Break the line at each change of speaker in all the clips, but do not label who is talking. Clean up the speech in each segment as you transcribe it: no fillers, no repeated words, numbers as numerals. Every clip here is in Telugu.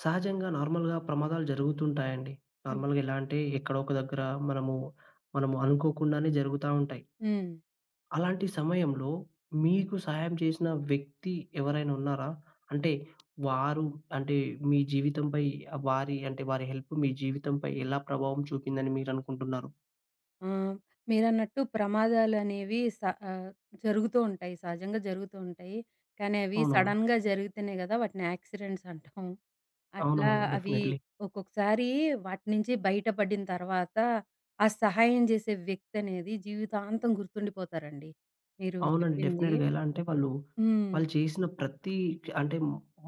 సహజంగా నార్మల్‌గా ప్రమాదాలు జరుగుతుంటాయండి.
హ్మ్.
నార్మల్‌గా ఎలా అంటే ఎక్కడో ఒక దగ్గర మనము, మనము అనుకోకుండానే జరుగుతా ఉంటాయి.
హ్మ్.
అలాంటి సమయంలో మీకు సహాయం చేసిన వ్యక్తి ఎవరైనా ఉన్నారా? అంటే వారు అంటే మీ జీవితంపై వారి అంటే వారి హెల్ప్ మీ జీవితంపై ఎలా ప్రభావం చూపిందని మీరనుకుంటున్నారు?
ఆహ్, మీరన్నట్టు ప్రమాదాలనేవి ఆహ్, జరుగుతూ ఉంటాయి. సహజంగా జరుగుతూ ఉంటాయి. కానీ అవి
అవునవును.
సడెన్‌గా జరిగితేనే గదా! వాటిని యాక్సిడెంట్స్ అంటాం. అట్లా
అవునవును.
అవి
డెఫినైట్‌లీ.
ఒక్కొక్కసారి వాటి నుంచి బయటపడిన తర్వాత, ఆ సహాయం జేసే వ్యక్తనేది జీవితాంతం గుర్తుండిపోతారండి. మీరు
అవునండి.
చెప్పింది.
డెఫినెట్‌గా. ఎలా అంటే వాళ్ళు,
హ్మ్.
వాళ్ళు చేసిన ప్రతి అంటే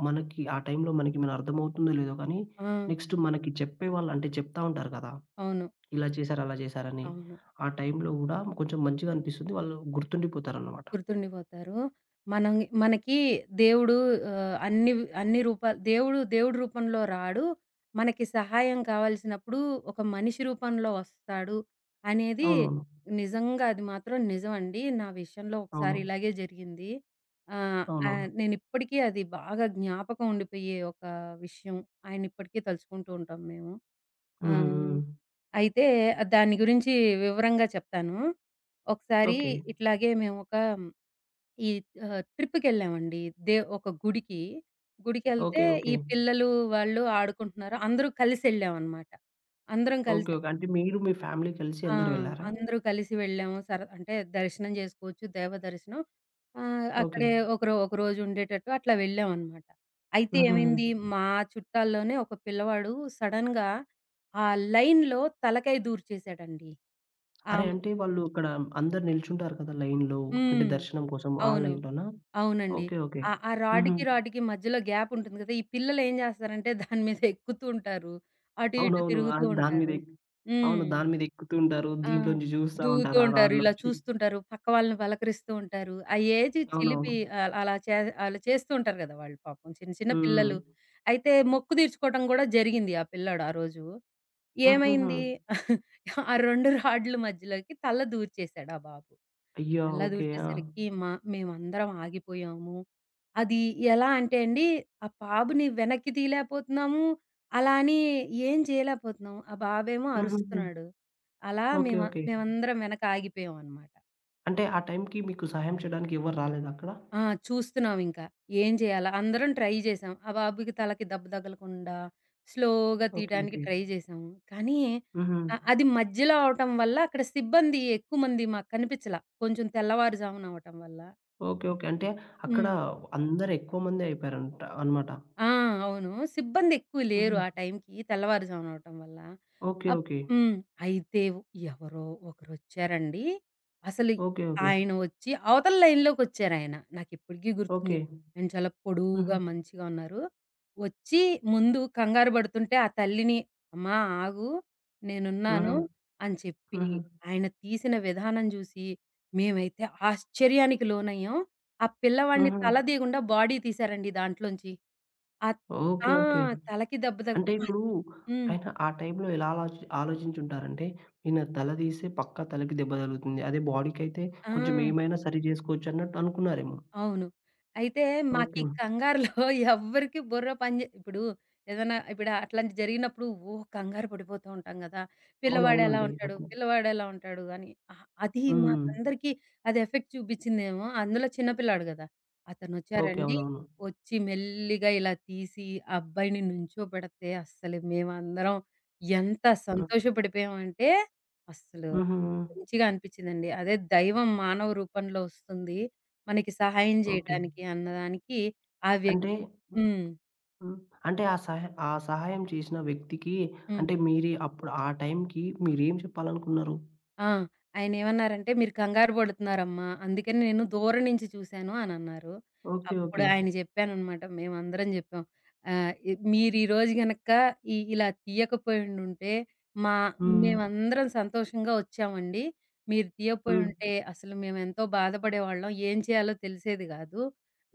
మనకి ఆ టైంలో మన అర్థమవుతుందో లేదో కానీ,
ఆ!
నెక్స్ట్ మనకి చెప్పేవాళ్ళు అంటే చెప్తా ఉంటారు కదా!
అవును.
ఇలా చేశారు, అలా చేశారని.
అవును.
ఆ టైంలో గూడా కొంచెం మంచిగా అనిపిస్తుంది. వాళ్ళు గుర్తుండిపోతారనమాట.
గుర్తుండిపోతారు. మనం మనకి దేవుడు అన్ని అన్ని రూపాలు దేవుడి రూపంలో రాడు. మనకి సహాయం కావాల్సినప్పుడు ఒక మనిషి రూపంలో వస్తాడు అనేది
అవునవును.
నిజంగా అది మాత్రం నిజమండి. నా విషయంలో ఒకసారి
అవును.
ఇలాగే జరిగింది. ఆహ్, ఆహ్,
అవునవును.
నేనిప్పటికీ అది బాగా జ్ఞాపకం ఉండిపోయే ఒక విషయం. ఆయన్నిప్పటికీ తలుచుకుంటూ ఉంటాం మేము.
హ్మ్.
ఆహ్,
హ్మ్.
అయితే దాని గురించి వివరంగా చెప్తాను. ఒకసారి
ఓకే.
ఇట్లాగే మేమొక ఈ ట్రిప్‌కెళ్ళామండి. దే ఒక గుడికి. గుడికెళ్తే
ఓకే.
ఈ
ఓకే.
పిల్లలు వాళ్ళు ఆడుకుంటున్నారు. అందరూ కలిసెళ్ళామనమాట. అందరం
ఓకే.
కలిసి
ఓకే. అంటే మీరు మీ ఫ్యామిలీ కలిసి
ఆ!
అందరూ వెళ్లారా?
అందరూ కలిసి వెళ్ళాము. అంటే దర్శనం జేసుకోవచ్చు. దైవ దర్శనం.
ఓకే.
అక్కడే ఒక రోజుండేటట్టు అట్లా వెళ్ళామనమాట. అయితే
హుహుహు.
ఏమైంది మా చుట్టాల్లోనే ఒక పిల్లవాడు సడెన్‌గా ఆ లైన్‌లో తలకాయ దూర్చేసాడండి.
అరే!
ఆహ్,
అంటే వాళ్ళు అక్కడ అందరూ నిల్చుంటారు కదా! లైన్‌లో. అంటే
హ్మ్.
దర్శనం కోసం ఆ
అవును.
లైన్‌లోనా?
అవునండి.
ఓకే. ఓకే.
ఆ! ఆ
హుహు.
రాడ్‌కి, రాడ్‌కి మధ్యలో గ్యాప్ ఉంటుంది కదా! ఈ పిల్లలేం జేస్తారంటే దాని మీద ఎక్కుతూ ఉంటారు. అటు ఇటు
అవునవును. ఆ!
తిరుగుతూ
దాని మీద
ఉంటారు.
ఎక్
హ్మ్.
అవును. దాని మీద ఎక్కుతూ ఉంటారు.
ఆ!
దీంట్లోంచి చూస్తా
దూగుతూ
ఉంటారు ఆ
ఉంటారు. ఇలా
రాడ్‌లోంచి.
చూస్తుంటారు. పక్క వాళ్ళని పలకరిస్తూ ఉంటారు. ఆ ఏజ్ చిలిపి
అవునవును.
ఆహ్, అలా చే అలా చేస్తూ ఉంటారు గదా! వాళ్ళు పాపం చిన్న చిన్న
హ్మ్.
పిల్లలు. అయితే మొక్కు తీర్చుకోవడం గూడా జరిగింది ఆ పిల్లాడు ఆ రోజు.
హుహుహు.
ఏమైంది? ఆ 2 రాడ్‌ల మధ్యలోకి తల దూర్చేసాడు ఆ బాబు.
అయ్యో!
కల్లా
ఓకే. ఆ!
దూర్చేసరికి మేమందరం ఆగిపోయాము. అది ఎలా అంటే అండి, ఆ బాబుని వెనక్కి తీయలేకపోతున్నాము. అలా అని ఏం చేయలేకపోతున్నాము. ఆ బాబేమో
హుహుహు.
అరుస్తున్నాడు. అలా
ఓకే.
మేమ
ఓకే.
మేమందరం వెనక ఆగిపోయామనమాట.
అంటే ఆ టైంకి మీకు సహాయం చేయడానికి ఎవరు రాలేదా అక్కడ?
ఆ! చూస్తున్నామింక. ఏం చేయాలా? అందరం ట్రై చేసాం. ఆ బాబుకి తలకి దెబ్బ తగలకుండా స్లోగా
ఓకే.
తీయడానికి
ఓకే.
ట్రై చేసాము. కానీ
హుహు.
అది మధ్యలో అవటం వల్ల అక్కడ సిబ్బంది ఎక్కువ మంది మాకు కనిపిచ్చలా. కొంచెం తెల్లవారుజామున అవ్వటం వల్ల.
ఓకే. ఓకే. అంటే అక్కడ
హ్మ్.
అందరూ ఎక్కువ మందే అయిపోయారంట అన్నమాట.
ఆ! అవును. సిబ్బందెక్కువ లేరు
హుహు.
ఆ టైంకి తెల్లవారుజామున అవ్వటం వల్ల.
ఓకే.
Up
okay.
హ్మ్. అయితే ఎవరో ఒకరొచ్చారండి. అసలు
ఓకే. ఓకే.
ఆయన వచ్చి అవతల లైన్‌లోకొచ్చారాయన. నాకిప్పటికి గుర్తుంది.
ఓకే.
ఆయన చాలా పొడువుగా
హుహు.
మంచిగా ఉన్నారు. వచ్చి ముందు కంగారు పడుతుంటే ఆ తల్లిని "అమ్మా ఆగు నేనున్నాను"
హుహు.
అని చెప్పి
హుహు.
ఆయన తీసిన విధానం చూసి మేమైతే ఆశ్చర్యానికి లోనయ్యాం. ఆ పిల్లవాడిని
హుహు.
తల తీయకుండా బాడీ తీశారండి దాంట్లోంచి. అత్ ఆ!
ఓకే. ఓకే.
తలకి దెబ్బ
అంటే
తగిలి
ఇప్పుడు
హ్మ్.
ఆయన ఆ టైంలో ఎలా ఆలోచి ఆలోచించుంటారంటే, ఈయన తల తీస్తే పక్కా తలకి దెబ్బ తగులుతుంది. అదే బాడీకైతే
ఆ!
కొంచెం ఏమైనా సరి జేసుకోవచ్చు అన్నట్టు అనుకున్నారేమో.
అవును. అయితే మాకీ
ఓకే.
కంగారులో ఎవ్వరికీ బుర్ర పని జే ఇప్పుడు ఏదన్నా ఇప్పుడు అట్లాంటిది జరిగినప్పుడు ఓహ్! కంగారు పడిపోతూ ఉంటాం గదా! పిల్లవాడెలా
అవునవునండి.
ఉంటాడు? పిల్లవాడెలా ఉంటాడు? అని అది
హ్మ్.
మాకందరికీ అది ఎఫెక్ట్ చూపిచ్చిందేమో! అందులో చిన్న పిల్లాడు గదా!
ఓకే.
అతనొచ్చారండి.
అవునవును.
ఒచ్చి మెల్లిగా ఇలా తీసి ఆ అబ్బాయిని నుంచోబెడితే అస్సలు మేమందరం ఎంత
హ్మ్.
సంతోషపడిపోయామంటే అస్సలు
హుహు.
మంచిగా అనిపిచ్చిందండి. అదే దైవం మానవ రూపంలో ఒస్తుంది. మనకి సహాయం
ఓకే.
జేయటానికి అన్నదానికి ఆ వ్యక్తి
అంటే
హ్మ్.
హ్మ్. అంటే ఆ సహ ఆ సహాయం చేసిన వ్యక్తికి
హ్మ్.
అంటే మీరు అప్పుడు ఆ టైంకి మీరేం చెప్పాలనుకున్నారు?
ఆ! ఆయనేమన్నారంటే, "మీరు కంగారు పడుతున్నారమ్మా, అందుకని నేను దూరం నుంచి చూసాను" అనన్నారు.
ఓకే.
అప్పుడు
ఓకే.
ఆయన చెప్పాననమాట. మేమందరం జెప్పాం. మీరు ఈ రోజు గనక ఇలా తీయకపోయుండుంటే, మా
హ్మ్.
మేమందరం సంతోషంగా వచ్చామండి. మీరు
హ్మ్.
తీయకపోయుంటే అసలు మేమెంతో బాధపడేవాళ్ళం. ఏం చేయాలో తెలిసేది గాదు.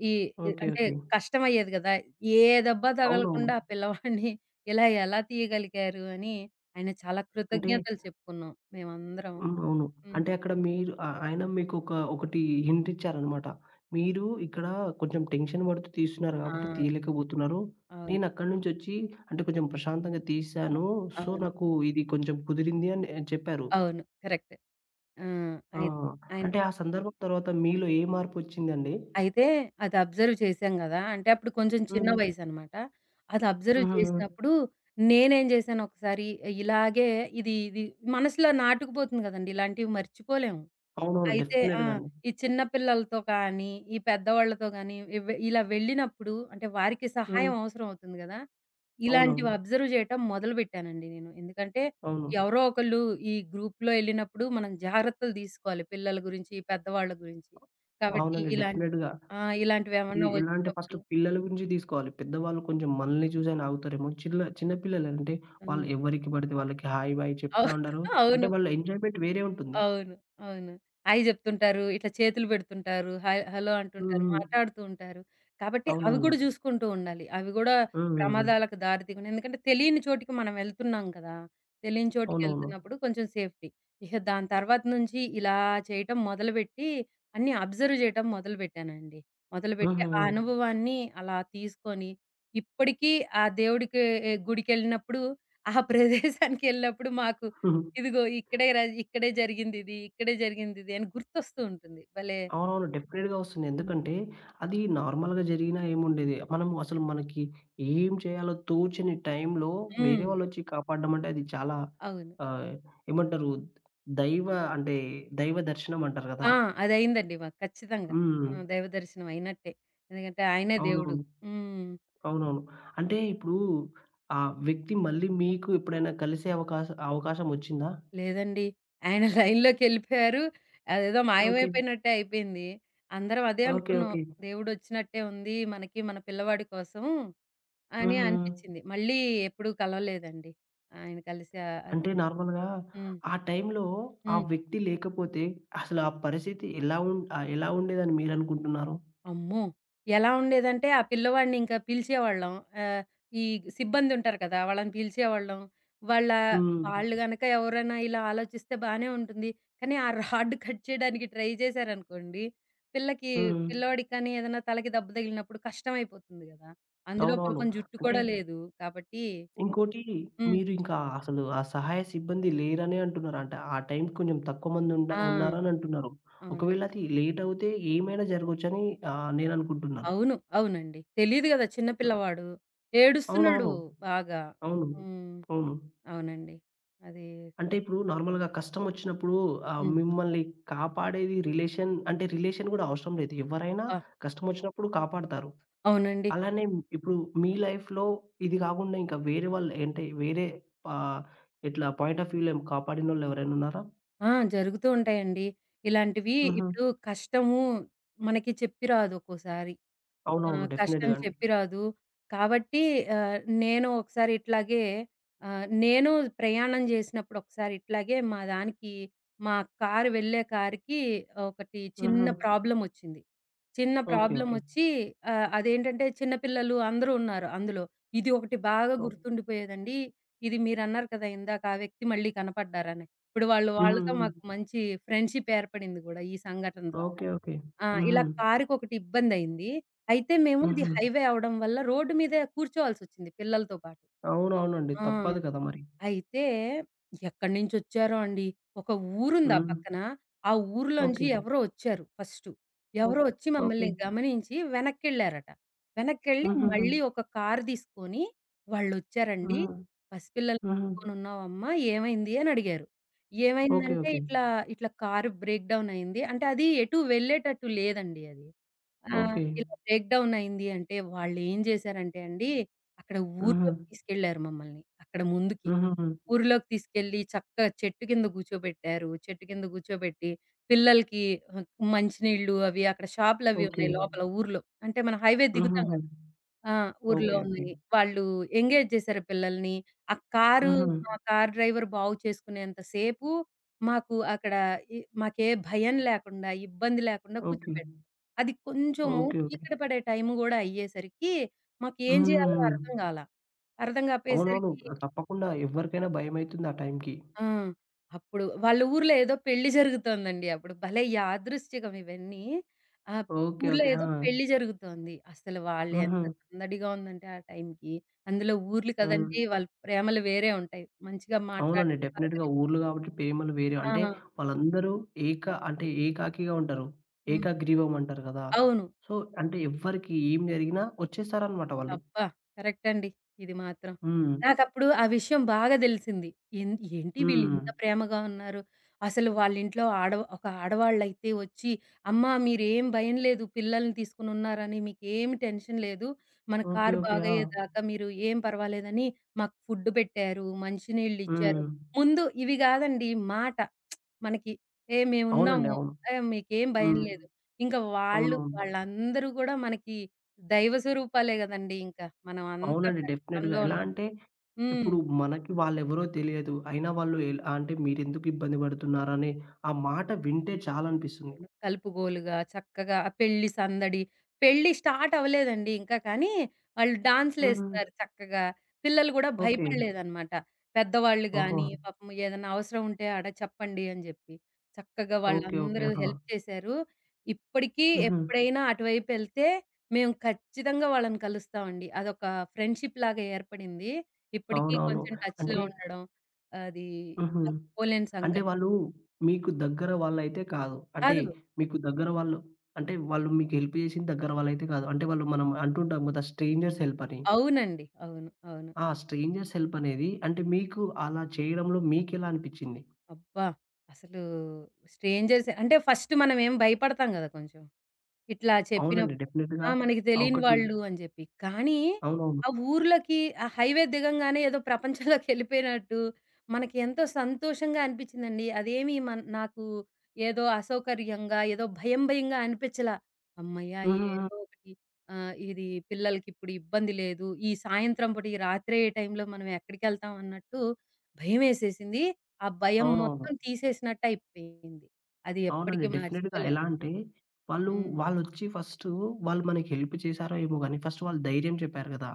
ఈ ఇ
ఓకే.
అంటే
ఓకే.
కష్టమయ్యేది గదా! ఏ దెబ్బ
అవునవును.
తగలకుండా ఆ పిల్లవాడిని ఇలా ఎలా తీయగలిగారు" అని ఆయన చాలా
అంటే
కృతజ్ఞతలు చెప్పుకున్నాం మేమందరం.
హ్మ్. అవును.
హ్మ్.
అంటే అక్కడ మీరు ఆ ఆయన మీకొక ఒకటి హింట్ ఇచ్చారనమాట. మీరు ఇక్కడ కొంచెం టెన్షన్ పడుతూ తీస్తున్నారు
ఆ!
కాబట్టి తీయలేకపోతున్నారు.
అవును.
నేనక్కడి నుంచొచ్చి అంటే కొంచెం ప్రశాంతంగా
అ
తీశాను. సో,
అవును.
నాకు ఇది కొంచెం కుదిరింది అని చెప్పారు.
అవును. కరెక్ట్. ఆ!
ఆ!
అయి ఆయన
అంటే ఆ సందర్భం తర్వాత మీలో ఏ మార్పొచ్చిందండి?
అయితే అది అబ్జర్వ్ చేశాం గదా! అంటే అప్పుడు కొంచెం చిన్న
హ్మ్.
వయసనమాట. అది అబ్జర్వ్
హుహు.
చేసినప్పుడు నేనేం జేశాను ఒకసారి ఇలాగే ఇది ఇది మనసులో నాటుకుపోతుంది గదండీ! ఇలాంటివి మర్చిపోలేము.
అవునవును.
అయితే ఆ!
డెఫినెట్‌గా అండి.
ఈ చిన్న పిల్లలతో కానీ, ఈ పెద్దవాళ్ళతో గానీ, ఇలా వెళ్ళినప్పుడు అంటే వారికి
హ్మ్.
సహాయం అవసరం అవుతుంది గదా! ఇలాంటివి
అవునవును.
అబ్జర్వ్ చేయటం మొదలుపెట్టానండి నేను. ఎందుకంటే
అవును.
ఎవరో ఒకళ్ళు ఈ గ్రూప్‌లో ఎళ్ళినప్పుడు మనం జాగ్రత్తలు తీసుకోవాలి పిల్లల గురించి, ఈ పెద్దవాళ్ళ గురించి. కాబట్టి
అవునండి.
ఇలాంటి
డెఫినెట్‌గా.
ఆ!
ఇ
ఇలాంటివేమన్నా
ఇలాంటి ఫస్ట్
వచ్చినప్పుడు
పిల్లల గురించి తీసుకోవాలి. పెద్దవాళ్ళు కొంచెం మనల్ని చూసైనా ఆగుతారేమో. చిన్న పిల్లలంటే
హ్మ్.
వాళ్ళు ఎవరికి పడితే వాళ్ళకి హాయ్, బాయ్
అవు
చెప్తా ఉండరు. అంటే
అవును.
వాళ్ళ ఎంజాయ్‌మెంట్ వేరే ఉంటుంది.
అవును. అవును. హాయ్ జెప్తుంటారు. ఇట్లా చేతులు బెడుతుంటారు. హాయ్ హలో
హ్మ్.
అంటుంటారు.
హ్మ్.
మాట్లాడుతూ ఉంటారు. కాబట్టి అవి
అవునవును.
గూడా జూసుకుంటూ ఉండాలి. అవి గూడా
హ్మ్. హ్మ్. హ్మ్.
ప్రమాదాలకు దారి తీయకుండా ఎందుకంటే తెలియని చోటికి మనం వెళ్తున్నాం కదా! తెలియని
అవునవును.
చోటికెళ్తున్నప్పుడు కొంచెం సేఫ్టీ. ఇహ దాని తర్వాత నుంచి ఇలా చేయటం మొదలుబెట్టి అన్నీ అబ్జర్వ్ జేయటం మొదలుబెట్టానండి. మొదలుబెట్టి
హుహు.
ఆ అనుభవాన్ని అలా తీసుకొని ఇప్పటికీ ఆ దేవుడికి గుడికెళ్ళినప్పుడు ఆ ప్రదేశానికెళ్ళినప్పుడు మాకు
హ్మ్.
ఇదిగో ఇక్కడే జరిగిందిది, ఇక్కడే జరిగిందిది అని గుర్తొస్తూ ఉంటుంది. భలే
అవునవును.
హ్మ్.
డెఫినిట్‌గా వస్తుంది.
హ్మ్.
ఎందుకంటే అది నార్మల్‌గా జరిగినా ఏముండేది. మనము అసలు మనకి ఏం చేయాలో తోచని టైంలో
హ్మ్.
వేరే వాళ్ళొచ్చి కాపాడడం అంటే అది చాలా
అవును.
ఆహ్, ఏమంటారు దైవ అంటే దైవ దర్శనం అంటారు కదా!
ఆ! అదయిందండి మాకు ఖచ్చితంగా. ఆ!
హ్మ్.
దైవ దర్శనం అయినట్టే. ఎందుకంటే ఆయనే దేవుడు.
అవునవును.
హ్మ్.
అవునవును. అంటే ఇప్పుడు ఆ వ్యక్తి మళ్ళీ మీకు ఎప్పుడైనా కలిసే అవకాశం వచ్చిందా?
లేదండి. ఆయన లైన్‌లోకెళ్ళిపోయారు. అదేదో
ఓకే.
మాయమైపోయినట్టే అయిపోయింది. అందరం అదే
ఓకే.
అనుకున్నాం.
ఓకే.
దేవుడొచ్చినట్టే ఉంది మనకి, మన పిల్లవాడి కోసం అని
హుహు.
అనిపిచ్చింది. మళ్ళీ ఎప్పుడూ కలవలేదండి. ఆయన కలిసి
అంటే నార్మల్‌గా
హ్మ్.
ఆ టైంలో ఆ
హ్మ్.
వ్యక్తి లేకపోతే అసలు ఆ పరిస్థితి ఎలా ఉండేదని మీరనుకుంటున్నారు?
అమ్మో! ఎలా ఉండేదంటే, ఆ పిల్లవాడిని ఇంకా పిలిచేవాళ్ళం. ఆహ్, ఈ సిబ్బంది ఉంటారు కదా! వాళ్ళని పిలిచేవాళ్ళం. వాళ్ళ
హ్మ్.
వాళ్ళు గనక ఎవరైనా ఇలా ఆలోచిస్తే బానే ఉంటుంది. కానీ ఆ రాడ్ కట్ చేయడానికి ట్రై చేశారనుకోండి, పిల్లకి
హ్మ్.
పిల్లోడికి కానీ ఏదైనా తలకి దెబ్బ తగిలినప్పుడు కష్టమైపోతుంది గదా! అందులో
అవునవును.
పాపం జుట్టు
అంటే
కూడా లేదు. కాబట్టి
ఇంకోటి
హ్మ్.
మీరు ఇంకా అసలు ఆ సహాయ సిబ్బంది లేరనే అంటున్నారు. అంటే ఆ టైంకి కొంచెం తక్కువ మంది
ఆ!
ఉన్నారని అంటున్నారు.
అవును.
ఒకవేళ అది లేట్ అవుతే ఏమైనా జరగొచ్చని నేననుకుంటున్నాను.
అవును. అవునండి. తెలీదు గదా! చిన్న పిల్లవాడు. ఏడుస్తున్నాడు
అవునవును.
బాగా.
అవును.
హ్మ్.
అవును.
అవునండి. అది
అంటే ఇప్పుడు నార్మల్‌గా కష్టమొచ్చినప్పుడు
హ్మ్.
మిమ్మల్ని కాపాడేది రిలేషన్ అంటే రిలేషన్ గూడా అవసరం లేదు. ఎవరైనా
అబ్బా!
కష్టమొచ్చినప్పుడు కాపాడతారు.
అవునండి.
అలానే ఇప్పుడు మీ లైఫ్‌లో ఇది గాకుండా ఇంకా వేరే వాళ్ళు అంటే వేరే ఆహ్, ఇట్లా పాయింట్ ఆఫ్ వ్యూలో కాపాడినోళ్ళెవరైనా ఉన్నారా?
ఆ! జరుగుతూ ఉంటాయండి. ఇలాంటివి
హుహు.
ఇప్పుడు కష్టము మనకి చెప్పి రాదు ఒక్కోసారి.
అవునవును.
కష్టం
డెఫినిట్‌గా అండి.
చెప్పి రాదు. కాబట్టి ఆహ్, నేను ఒకసారి ఇట్లాగే నేను ప్రయాణం చేసినప్పుడు ఒకసారి ఇట్లాగే మా దానికి మా కారుకి ఒకటి చిన్న
హుహు.
ప్రాబ్లమొచ్చింది. చిన్న
ఓకే. ఓకే.
ప్రాబ్లమొచ్చి అదేంటంటే చిన్న పిల్లలు అందరూ ఉన్నారు అందులో. ఇది ఒకటి బాగా
ఓ
గుర్తుండిపోయేదండి. ఇది మీరన్నారు కదా! ఇందాక ఆ వ్యక్తి మళ్ళీ కనపడ్డారని. ఇప్పుడు
హ్మ్.
వాళ్ళతో
హ్మ్.
మాకు మంచి ఫ్రెండ్‌షిప్ ఏర్పడింది గూడా ఈ సంఘటన ద్వారా.
ఓకే. ఓకే.
ఆ!
హుహు.
ఇలా కారుకొకటి ఇబ్బందయింది. అయితే మేము ఇది
హుహు.
హైవే అవ్వడం వల్ల రోడ్డు మీదే కూర్చోవాల్సొచ్చింది పిల్లలతో పాటు.
అవునవునండి.
ఆ!
తప్పదు కదా మరి.
అయితే ఎక్కడి నుంచొచ్చారో అండి. ఒక ఊరుంది ఆ
హ్మ్.
పక్కన. ఆ ఊర్లోంచి
ఓకే.
ఎవరో వచ్చారు ఫస్టు. ఎవరో
ఓకే.
వచ్చి
ఓకే.
మమ్మల్ని గమనించి వెనక్కెళ్ళారట. వెనక్కెళ్ళి
హుహుహు.
మళ్ళీ ఒక కారు తీసుకొని వాళ్ళొచ్చారండి.
హుహు.
"పసిపిల్లల్ని
హుహు.
పెట్టుకొనున్నావమ్మా ఏమైంది?" అని అడిగారు.
ఓకే.
ఏమైందంటే
ఓకే.
ఇట్లా, ఇట్లా కారు బ్రేక్ డౌన్ అయింది. అంటే అది ఎటు వెళ్ళేటట్టు లేదండి అది. ఆ! హ్మ్.
ఓకే.
ఇలా బ్రేక్ డౌన్ అయింది అంటే వాళ్ళేం జేశారంటే అండి, అక్కడ
హుహు.
ఊర్లోకి తీసుకెళ్లారు మమ్మల్ని. అక్కడ ముందుకి.
హుహుహు.
ఊర్లోకి తీసుకెళ్ళి చక్కగా చెట్టు కింద కూర్చోబెట్టారు. చెట్టు కింద కూర్చోబెట్టి పిల్లలకి ఆహ్, మంచినీళ్ళు అవి అక్కడ షాపులవి
ఓకే.
ఉన్నాయి లోపల ఊర్లో. అంటే మనం హైవే దిగుతాం
హుహుహు.
గదా! ఆ! ఊర్లో
ఓకే. ఓకే.
ఉన్నాయి. వాళ్ళు ఎంగేజ్ చేశారు పిల్లల్ని. ఆ కారు
హుహు.
మా కారు డ్రైవర్ బాగు చేసుకునేంత సేపు మాకు అక్కడ మాకే భయం లేకుండా, ఇబ్బంది లేకుండా
ఓకే.
కూర్చోబెట్టారు. అది కొంచెము
ఓకే. ఓకే.
చీకటి పడే టైం గూడా అయ్యేసరికి మాకేం జేయాలో
హుహుహు.
అర్థం గాలా. అర్థం
అవునవును.
కాపోయేసరికి
తప్పకుండా ఎవ్వరికైనా భయమైతుంది ఆ టైంకి.
ఆ! అప్పుడు వాళ్ళ ఊర్లో ఏదో పెళ్లి జరుగుతోందండి అప్పుడు. భలే యాదృశ్చికం ఇవన్నీ. ఆ!
ఓకే.
ఊర్లో
ఓకే.
ఏదో
ఆ!
పెళ్లి జరుగుతోంది. అసలు వాళ్ళు ఎంత
హుహు.
సందడిగా ఉందంటే ఆ టైంకి. అందులో ఊర్లు
హ్మ్.
కదండీ! వాళ్ళ ప్రేమలు వేరే ఉంటాయి. మంచిగా మాట్లాడడం
అవునండి. డెఫినెట్‌గా
పలకరిం
ఊర్లు గాబట్టి ప్రేమలు వేరే.
ఆ!
అంటే వాళ్ళందరూ ఏక అంటే ఏకాకిగా ఉంటారు.
హ్మ్.
ఏకగ్రీవం అంటారు గదా!
అవును.
సో, అంటే ఎవ్వరికి ఏం జరిగినా వచ్చేస్తారనమాట వాళ్ళు.
అబ్బా! కరెక్ట్ అండి. ఇది మాత్రం.
హ్మ్.
నాకప్పుడు ఆ విషయం బాగా దెలిసింది. ఎన్ ఏంటి వీళ్ళు
హ్మ్.
ఇంత ప్రేమగా ఉన్నారు. అసలు వాళ్ళింట్లో ఒక ఆడవాళ్ళైతే వచ్చి, "అమ్మా మీరేం భయం లేదు పిల్లల్ని తీసుకొనున్నారని. మీకేమి టెన్షన్ లేదు. మన
ఓకే.
Car
okay. ఆ!
బాగయ్యేదాకా మీరు ఏం పర్వాలేదని" మాకు ఫుడ్ పెట్టారు. మంచినీళ్ళిచ్చారు.
హ్మ్.
ముందు ఇవి గాదండి మాట. మనకి "ఏ
అవునండి.
మేమున్నాము.
అవును.
ఏ మీకేం భయం
హ్మ్.
లేదు." ఇంకా
అవునవును.
వాళ్ళందరూ గూడా మనకి దైవ స్వరూపాలే గదండీ! ఇంకా. మనం అంత
అవునండి. డెఫినెట్‌గా.
కష్టంలో
ఎలా
ఉన్నాం.
అంటే
హ్మ్.
ఇప్పుడు మనకి వాళ్ళెవరో తెలియదు. అయినా వాళ్ళు ఎల్ అంటే మీరెందుకు ఇబ్బంది పడుతున్నారని ఆ మాట వింటే చాలనిపిస్తుంది.
కలుపుగోలుగా, చక్కగా ఆ పెళ్లి సందడి. పెళ్లి స్టార్ట్ అవ్వలేదండి ఇంకా కానీ, వాళ్ళు
హ్మ్.
డాన్స్‌లేస్తున్నారు చక్కగా. పిల్లలు గూడా
ఓకే.
భయపడలేదనమాట. పెద్దవాళ్ళు
ఓహో!
గాని, పాపం ఏదన్నా అవసరం ఉంటే ఆడ చెప్పండి అని జెప్పి. చక్కగా
ఓకే. ఓకే.
వాళ్ళందరూ
ఆహా!
హెల్ప్ చేశారు. ఇప్పటికీ
హుహు.
ఎప్పుడైనా అటువైపెళ్తే మేము ఖచ్చితంగా వాళ్ళని కలుస్తామండి. అదొక ఫ్రెండ్‌షిప్‌లాగా ఏర్పడింది. ఇప్పటికీ
అవునవును.
కొంచెం టచ్‌లో
అంటే
ఉండడం. అది
హుహు.
మర్చిపోలేని
అంటే
సంఘటన.
వాళ్ళు మీకు దగ్గర వాళ్ళైతే కాదు. అంటే
కాదు.
మీకు దగ్గర వాళ్ళు అంటే వాళ్ళు మీకు హెల్ప్ చేసింది దగ్గర వాళ్ళైతే కాదు. అంటే వాళ్ళు మనం అంటుంటాం కదా! స్ట్రేంజర్స్ హెల్ప్ అని.
అవునండి. అవును. అవును.
ఆ స్ట్రేంజర్స్ హెల్ప్ అనేది అంటే మీకు అలా చేయడంలో మీకెలా అనిపిచ్చింది?
అబ్బా! అసలు స్ట్రేంజర్స్ అంటే ఫస్ట్ మనమేం భయపడతాం గదా! కొంచెం. ఇట్లా
అవునండి.
చెప్పినప్పుడు. ఆ!
డెఫినిట్‌గా
మనకి తెలియని
ఒకటి
వాళ్ళు అని జెప్పి. కానీ
అవునవును.
ఆ ఊర్లోకి ఆ హైవే దిగంగానే ఏదో ప్రపంచంలోకెళ్ళిపోయినట్టు మనకి ఎంతో సంతోషంగా అనిపించిందండి. అదేమి మన్ నాకు ఏదో అసౌకర్యంగా, ఏదో భయం భయంగా అనిపించలా. హమ్మయ్య!
హుహుహు.
ఏదో ఒకటి ఇది పిల్లలకిప్పుడు ఇబ్బంది లేదు. ఈ సాయంత్రం పూట ఈ రాత్రే ఈ టైంలో మనం ఎక్కడికెళ్తాం అన్నట్టు భయమేసేసింది. ఆ భయం
అవునవును.
మొత్తం తీసేసినట్టయిపోయింది. అది
అవునండి.
ఎప్పటికి
డెఫినిట్‌గా. ఎలా
మర్చిపోలేమండి.
అంటే, వాళ్ళు
హ్మ్.
వాళ్ళొచ్చి ఫస్టు వాళ్ళు మనకి హెల్ప్ చేశారో ఏమో గానీ, ఫస్ట్ వాళ్ళు ధైర్యం చెప్పారు గదా!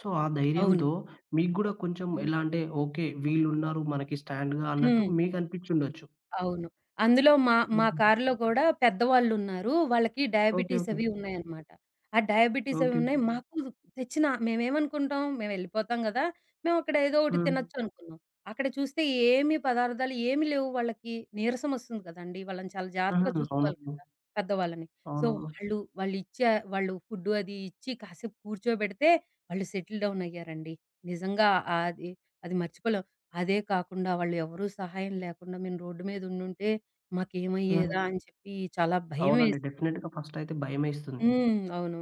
సో, ఆ
అవును.
ధైర్యంతో మీకు గూడా కొంచెం
హ్మ్.
ఎలా అంటే, ఓకే. వీళ్ళున్నారు మనకి స్టాండ్‌గా అన్నట్టు
హ్మ్.
మీకనిపిచ్చుండొచ్చు.
అవును. అందులో మా మా
హుహు.
కారులో గూడా పెద్దవాళ్ళున్నారు. వాళ్ళకి
ఓకే.
Diabetes
okay.
అవి ఉన్నాయన్నమాట. ఆ డయాబెటీస్ అవి
ఓకే.
ఉన్నాయి. మాకు మేమేమనుకుంటాం, మేమెళ్ళిపోతాం గదా! మేమక్కడ ఏదో ఒకటి
హ్మ్.
తినొచ్చు అనుకున్నాం. అక్కడ చూస్తే ఏమి పదార్థాలు ఏమి లేవు వాళ్ళకి. నీరసం ఒస్తుంది కదండీ! వాళ్ళని చాలా జాగ్రత్తగా
హ్మ్.
చూసుకోవాలి
అవునవును.
కదా! పెద్దవాళ్ళని. సో,
అవునవును.
వాళ్ళు ఫుడ్ అది ఇచ్చి కాసేపు కూర్చోబెడితే వాళ్ళు సెటిల్ డౌన్ అయ్యారండి. నిజంగా అది అది మర్చిపోలేం. అదే కాకుండా వాళ్ళు ఎవరు సహాయం లేకుండా మేము రోడ్డు మీద ఉండుంటే మాకేమయ్యేదా
హ్మ్.
అని చెప్పి చాలా భయం
అవునండి.
వేసేది.
డెఫినిట్‌గా ఫస్టయితే భయమేస్తుంది.
హ్మ్. అవును.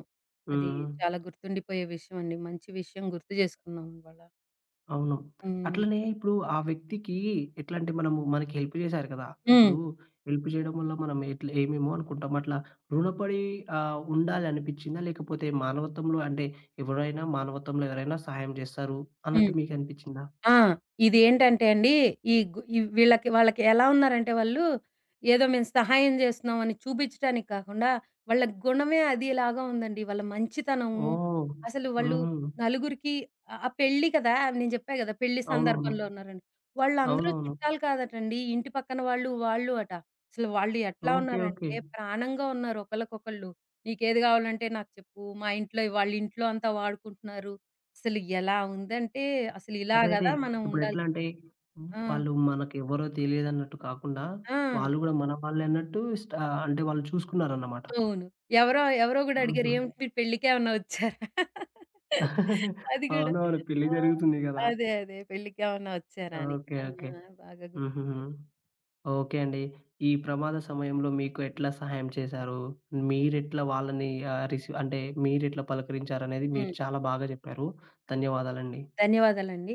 అది
హ్మ్.
చాలా గుర్తుండిపోయే విషయం అండి. మంచి విషయం గుర్తు చేసుకున్నాం ఇవాళ.
అవును.
హ్మ్.
అట్లనే ఇప్పుడు ఆ వ్యక్తికి ఎట్లంటే మనకి హెల్ప్ చేశారు కదా!
హ్మ్.
ఇప్పుడు హెల్ప్ చేయడం వల్ల మనం ఎట్లా ఏమేమో అనుకుంటాం. అట్లా రుణపడి ఉండాలి అనిపిచ్చిందా? లేకపోతే మానవత్వంలో అంటే ఎవరైనా మానవత్వంలో ఎవరైనా సహాయం చేస్తారు
హ్మ్.
అన్నట్టు మీకు అనిపిచ్చిందా?
ఆ! ఇదేంటంటే అండి, ఈ గు ఈ వీళ్ళకి వాళ్ళకి ఎలా ఉన్నారంటే వాళ్ళు, ఏదో మేము సహాయం జేస్తున్నాం అని చూపించడానికి కాకుండా, వాళ్ళ గుణమే అదిలాగా ఉందండి. వాళ్ళ మంచితనము,
ఓహ్!
అసలు వాళ్ళు
హుహు.
నలుగురికి ఆ ఆ పెళ్లి కదా! నేను చెప్పా గదా! పెళ్లి
అవునవును.
సందర్భంలో ఉన్నారని. వాళ్ళందరూ
అవునవును.
చుట్టాలు కాదటండి. ఇంటి పక్కన వాళ్ళు, వాళ్ళు అట. అసలు వాళ్ళు ఎట్లా
ఓకే. ఓకే.
ఉన్నారంటే, ప్రాణంగా ఉన్నారు ఒకళ్ళకొకళ్ళు. "నీకేది గావాలంటే నాకు చెప్పు. మా ఇంట్లో వాళ్ళింట్లో అంతా వాడుకుంటున్నారు." అసలు ఎలా ఉందంటే, అసలు ఇలా
అదే అదే.
గదా! మనం ఉండాలి.
ఇప్పుడెట్లా అంటే
ఆ!
వాళ్ళు మనకెవరో తెలియదన్నట్టు కాకుండా
ఆ!
వాళ్ళు గూడా మన వాళ్ళే అన్నట్టు అంటే వాళ్ళు చూసుకున్నారన్నమాట.
అవును. ఎవరో ఎవరో గూడా అడిగారు,
హుహు.
"ఏమిటి మీరు పెళ్ళికేమన్నా వచ్చారా?" అది గూడా.
అవునవును. పెళ్లి
ఆ!
జరుగుతుంది గదా!
అదే. "పెళ్ళికేమన్నా వచ్చారా?" అని.
ఓకే.
ఆ!
ఓకే.
బాగా గుర్తుంది.
హుహుహు. ఓకే అండి. ఈ ప్రమాద సమయంలో మీకు ఎట్లా సహాయం చేశారు? మీరెట్లా వాళ్ళని రిసీవ్ అంటే మీరెట్లా పలకరించారనేది
హ్మ్.
మీరు చాలా బాగా జెప్పారు. ధన్యవాదాలండి.
ధన్యవాదాలండి.